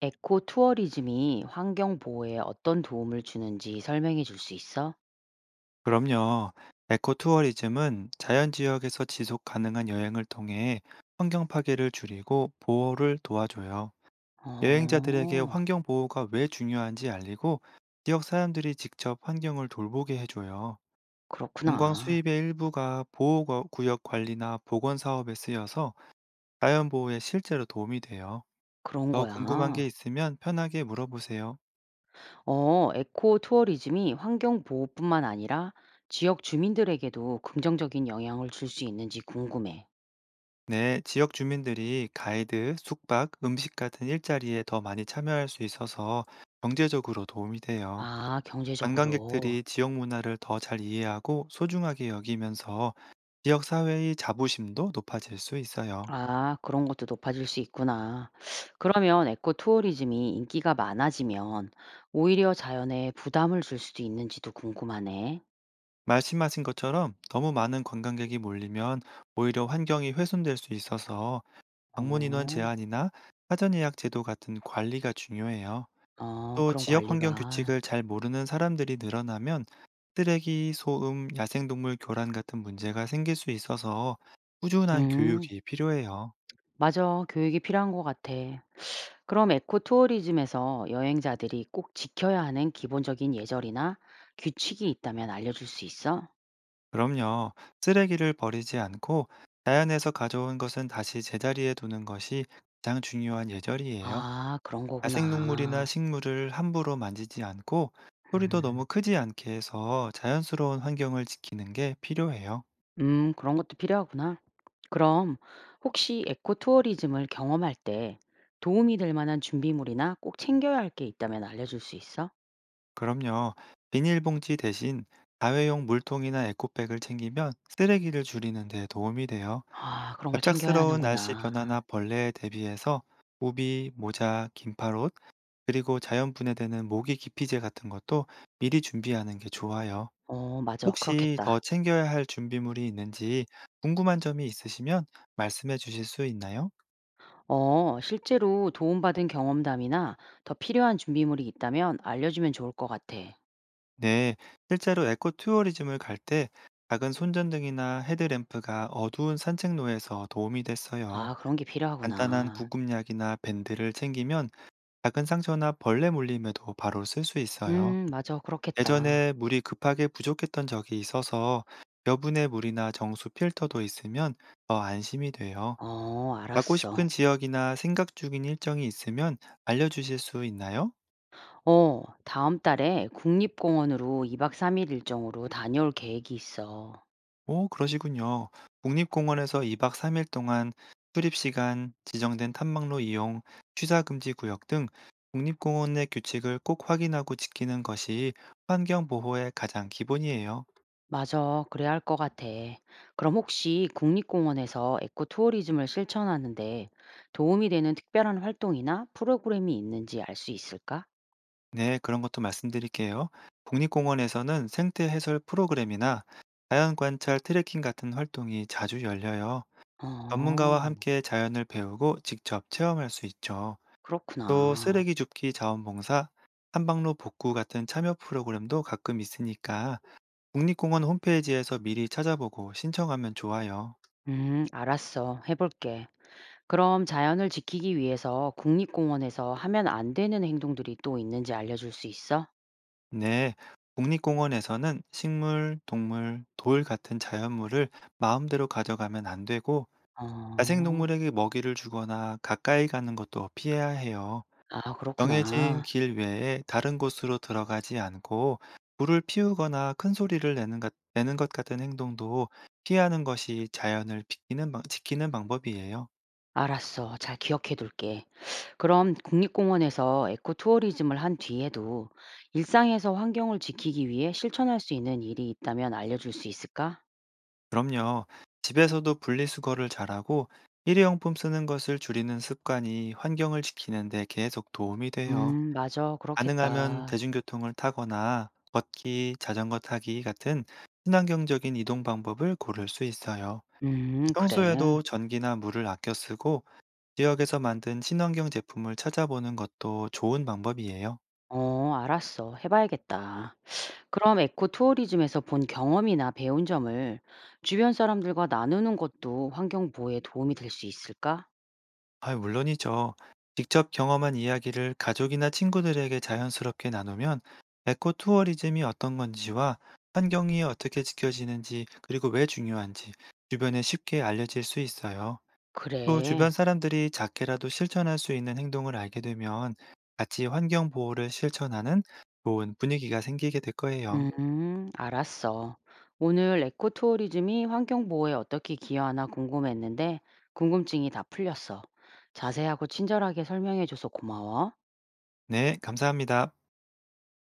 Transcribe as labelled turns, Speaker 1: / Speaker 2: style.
Speaker 1: 에코 투어리즘이 환경 보호에 어떤 도움을 주는지 설명해 줄 수 있어?
Speaker 2: 그럼요. 에코투어리즘은 자연 지역에서 지속 가능한 여행을 통해 환경 파괴를 줄이고 보호를 도와줘요. 여행자들에게
Speaker 1: 어,
Speaker 2: 환경 보호가 왜 중요한지 알리고 지역 사람들이 직접 환경을 돌보게 해줘요. 관광
Speaker 1: 그렇구나.
Speaker 2: 수입의 일부가 보호구역 관리나 보건 사업에 쓰여서 자연 보호에 실제로 도움이 돼요.
Speaker 1: 그런
Speaker 2: 더 궁금한
Speaker 1: 거야.
Speaker 2: 게 있으면 편하게 물어보세요.
Speaker 1: 어, 에코 투어리즘이 환경 보호뿐만 아니라 지역 주민들에게도 긍정적인 영향을 줄 수 있는지 궁금해.
Speaker 2: 네, 지역 주민들이 가이드, 숙박, 음식 같은 일자리에 더 많이 참여할 수 있어서 경제적으로 도움이 돼요.
Speaker 1: 아, 경제적으로.
Speaker 2: 관광객들이 지역 문화를 더 잘 이해하고 소중하게 여기면서 지역 사회의 자부심도 높아질 수 있어요.
Speaker 1: 아, 그런 것도 높아질 수 있구나. 그러면 에코 투어리즘이 인기가 많아지면 오히려 자연에 부담을 줄 수도 있는지도 궁금하네.
Speaker 2: 말씀하신 것처럼 너무 많은 관광객이 몰리면 오히려 환경이 훼손될 수 있어서 방문 인원
Speaker 1: 어.
Speaker 2: 제한이나 사전 예약 제도 같은 관리가 중요해요.
Speaker 1: 어,
Speaker 2: 또
Speaker 1: 그런
Speaker 2: 지역 환경
Speaker 1: 관리가.
Speaker 2: 규칙을 잘 모르는 사람들이 늘어나면 쓰레기, 소음, 야생동물 교란 같은 문제가 생길 수 있어서 꾸준한
Speaker 1: 음.
Speaker 2: 교육이 필요해요.
Speaker 1: 맞아, 교육이 필요한 것 같아. 그럼 에코 투어리즘에서 여행자들이 꼭 지켜야 하는 기본적인 예절이나 규칙이 있다면 알려줄 수 있어?
Speaker 2: 그럼요. 쓰레기를 버리지 않고 자연에서 가져온 것은 다시 제자리에 두는 것이 가장 중요한 예절이에요.
Speaker 1: 아, 그런
Speaker 2: 야생동물이나
Speaker 1: 거구나.
Speaker 2: 식물을 함부로 만지지 않고 소리도 너무
Speaker 1: 음.
Speaker 2: 크지 않게 해서 자연스러운 환경을 지키는 게 필요해요.
Speaker 1: 음, 그런 것도 필요하구나. 그럼 혹시 에코 투어리즘을 경험할 때 도움이 될 만한 준비물이나 꼭 챙겨야 할 게 있다면 알려줄 수 있어?
Speaker 2: 그럼요. 비닐봉지 대신 다회용 물통이나 에코백을 챙기면 쓰레기를 줄이는 데 도움이 돼요.
Speaker 1: 아, 그런 걸 챙겨야
Speaker 2: 갑작스러운 날씨
Speaker 1: 하는구나.
Speaker 2: 변화나 벌레에 대비해서 우비, 모자, 긴팔옷, 그리고 자연 분해되는 모기 기피제 같은 것도 미리 준비하는 게 좋아요.
Speaker 1: 어, 맞아.
Speaker 2: 혹시 더
Speaker 1: 그렇겠다.
Speaker 2: 챙겨야 할 준비물이 있는지 궁금한 점이 있으시면 말씀해 주실 수 있나요?
Speaker 1: 어, 실제로 도움받은 경험담이나 더 필요한 준비물이 있다면 알려주면 좋을 것 같아.
Speaker 2: 네, 실제로 에코 투어리즘을 갈 때 작은 손전등이나 헤드램프가 어두운 산책로에서 도움이 됐어요.
Speaker 1: 아, 그런 게
Speaker 2: 간단한
Speaker 1: 필요하구나.
Speaker 2: 구급약이나 밴드를 챙기면 작은 상처나 벌레 물림에도 바로 쓸 수 있어요.
Speaker 1: 맞아. 그렇겠다.
Speaker 2: 예전에 물이 급하게 부족했던 적이 있어서 여분의 물이나 정수 필터도 있으면 더 안심이 돼요.
Speaker 1: 어,
Speaker 2: 가고
Speaker 1: 알았어.
Speaker 2: 싶은 지역이나 생각 중인 일정이 있으면 알려주실 수 있나요?
Speaker 1: 어, 다음 달에 국립공원으로 2박 3일 일정으로 다녀올 계획이 있어.
Speaker 2: 오, 그러시군요. 국립공원에서 2박 3일 동안 출입시간, 지정된 탐방로 이용, 취사금지 구역 등 국립공원의 규칙을 꼭 확인하고 지키는 것이 환경보호의 가장 기본이에요.
Speaker 1: 맞아, 그래야 할 것 같아. 그럼 혹시 국립공원에서 에코투어리즘을 실천하는데 도움이 되는 특별한 활동이나 프로그램이 있는지 알 수 있을까?
Speaker 2: 네, 그런 것도 말씀드릴게요. 국립공원에서는 생태 해설 프로그램이나 자연 관찰 트레킹 같은 활동이 자주 열려요. 전문가와
Speaker 1: 어,
Speaker 2: 함께 자연을 배우고 직접 체험할 수 있죠. 또
Speaker 1: 그렇구나.
Speaker 2: 쓰레기 줍기 자원봉사, 한방로 복구 같은 참여 프로그램도 가끔 있으니까 국립공원 홈페이지에서 미리 찾아보고 신청하면 좋아요.
Speaker 1: 알았어. 해볼게. 그럼 자연을 지키기 위해서 국립공원에서 하면 안 되는 행동들이 또 있는지 알려줄 수 있어?
Speaker 2: 네, 국립공원에서는 식물, 동물, 돌 같은 자연물을 마음대로 가져가면 안 되고
Speaker 1: 어,
Speaker 2: 야생동물에게 먹이를 주거나 가까이 가는 것도 피해야 해요.
Speaker 1: 아,
Speaker 2: 정해진
Speaker 1: 그렇구나.
Speaker 2: 길 외에 다른 곳으로 들어가지 않고 불을 피우거나 큰 소리를 내는 것 같은 행동도 피하는 것이 지키는 방법이에요.
Speaker 1: 알았어, 잘 기억해둘게. 그럼 국립공원에서 에코투어리즘을 한 뒤에도 일상에서 환경을 지키기 위해 실천할 수 있는 일이 있다면 알려줄 수 있을까?
Speaker 2: 그럼요. 집에서도 분리수거를 잘하고 일회용품 쓰는 것을 줄이는 습관이 환경을 지키는데 계속 도움이 돼요.
Speaker 1: 맞아.
Speaker 2: 가능하면
Speaker 1: 그렇겠다.
Speaker 2: 대중교통을 타거나 걷기, 자전거 타기 같은 친환경적인 이동 방법을 고를 수 있어요.
Speaker 1: 그래.
Speaker 2: 평소에도 전기나 물을 아껴 쓰고 지역에서 만든 친환경 제품을 찾아보는 것도 좋은 방법이에요.
Speaker 1: 어, 알았어. 해봐야겠다. 그럼 에코 투어리즘에서 본 경험이나 배운 점을 주변 사람들과 나누는 것도 환경 보호에 도움이 될 수 있을까?
Speaker 2: 아, 물론이죠. 직접 경험한 이야기를 가족이나 친구들에게 자연스럽게 나누면 에코 투어리즘이 어떤 건지와 환경이 어떻게 지켜지는지 그리고 왜 중요한지 주변에 쉽게 알려질 수 있어요. 또
Speaker 1: 그래.
Speaker 2: 주변 사람들이 작게라도 실천할 수 있는 행동을 알게 되면 같이 환경 보호를 실천하는 좋은 분위기가 생기게 될 거예요.
Speaker 1: 알았어. 오늘 에코 투어리즘이 환경 보호에 어떻게 기여하나 궁금했는데 궁금증이 다 풀렸어. 자세하고 친절하게 설명해줘서 고마워.
Speaker 2: 네, 감사합니다.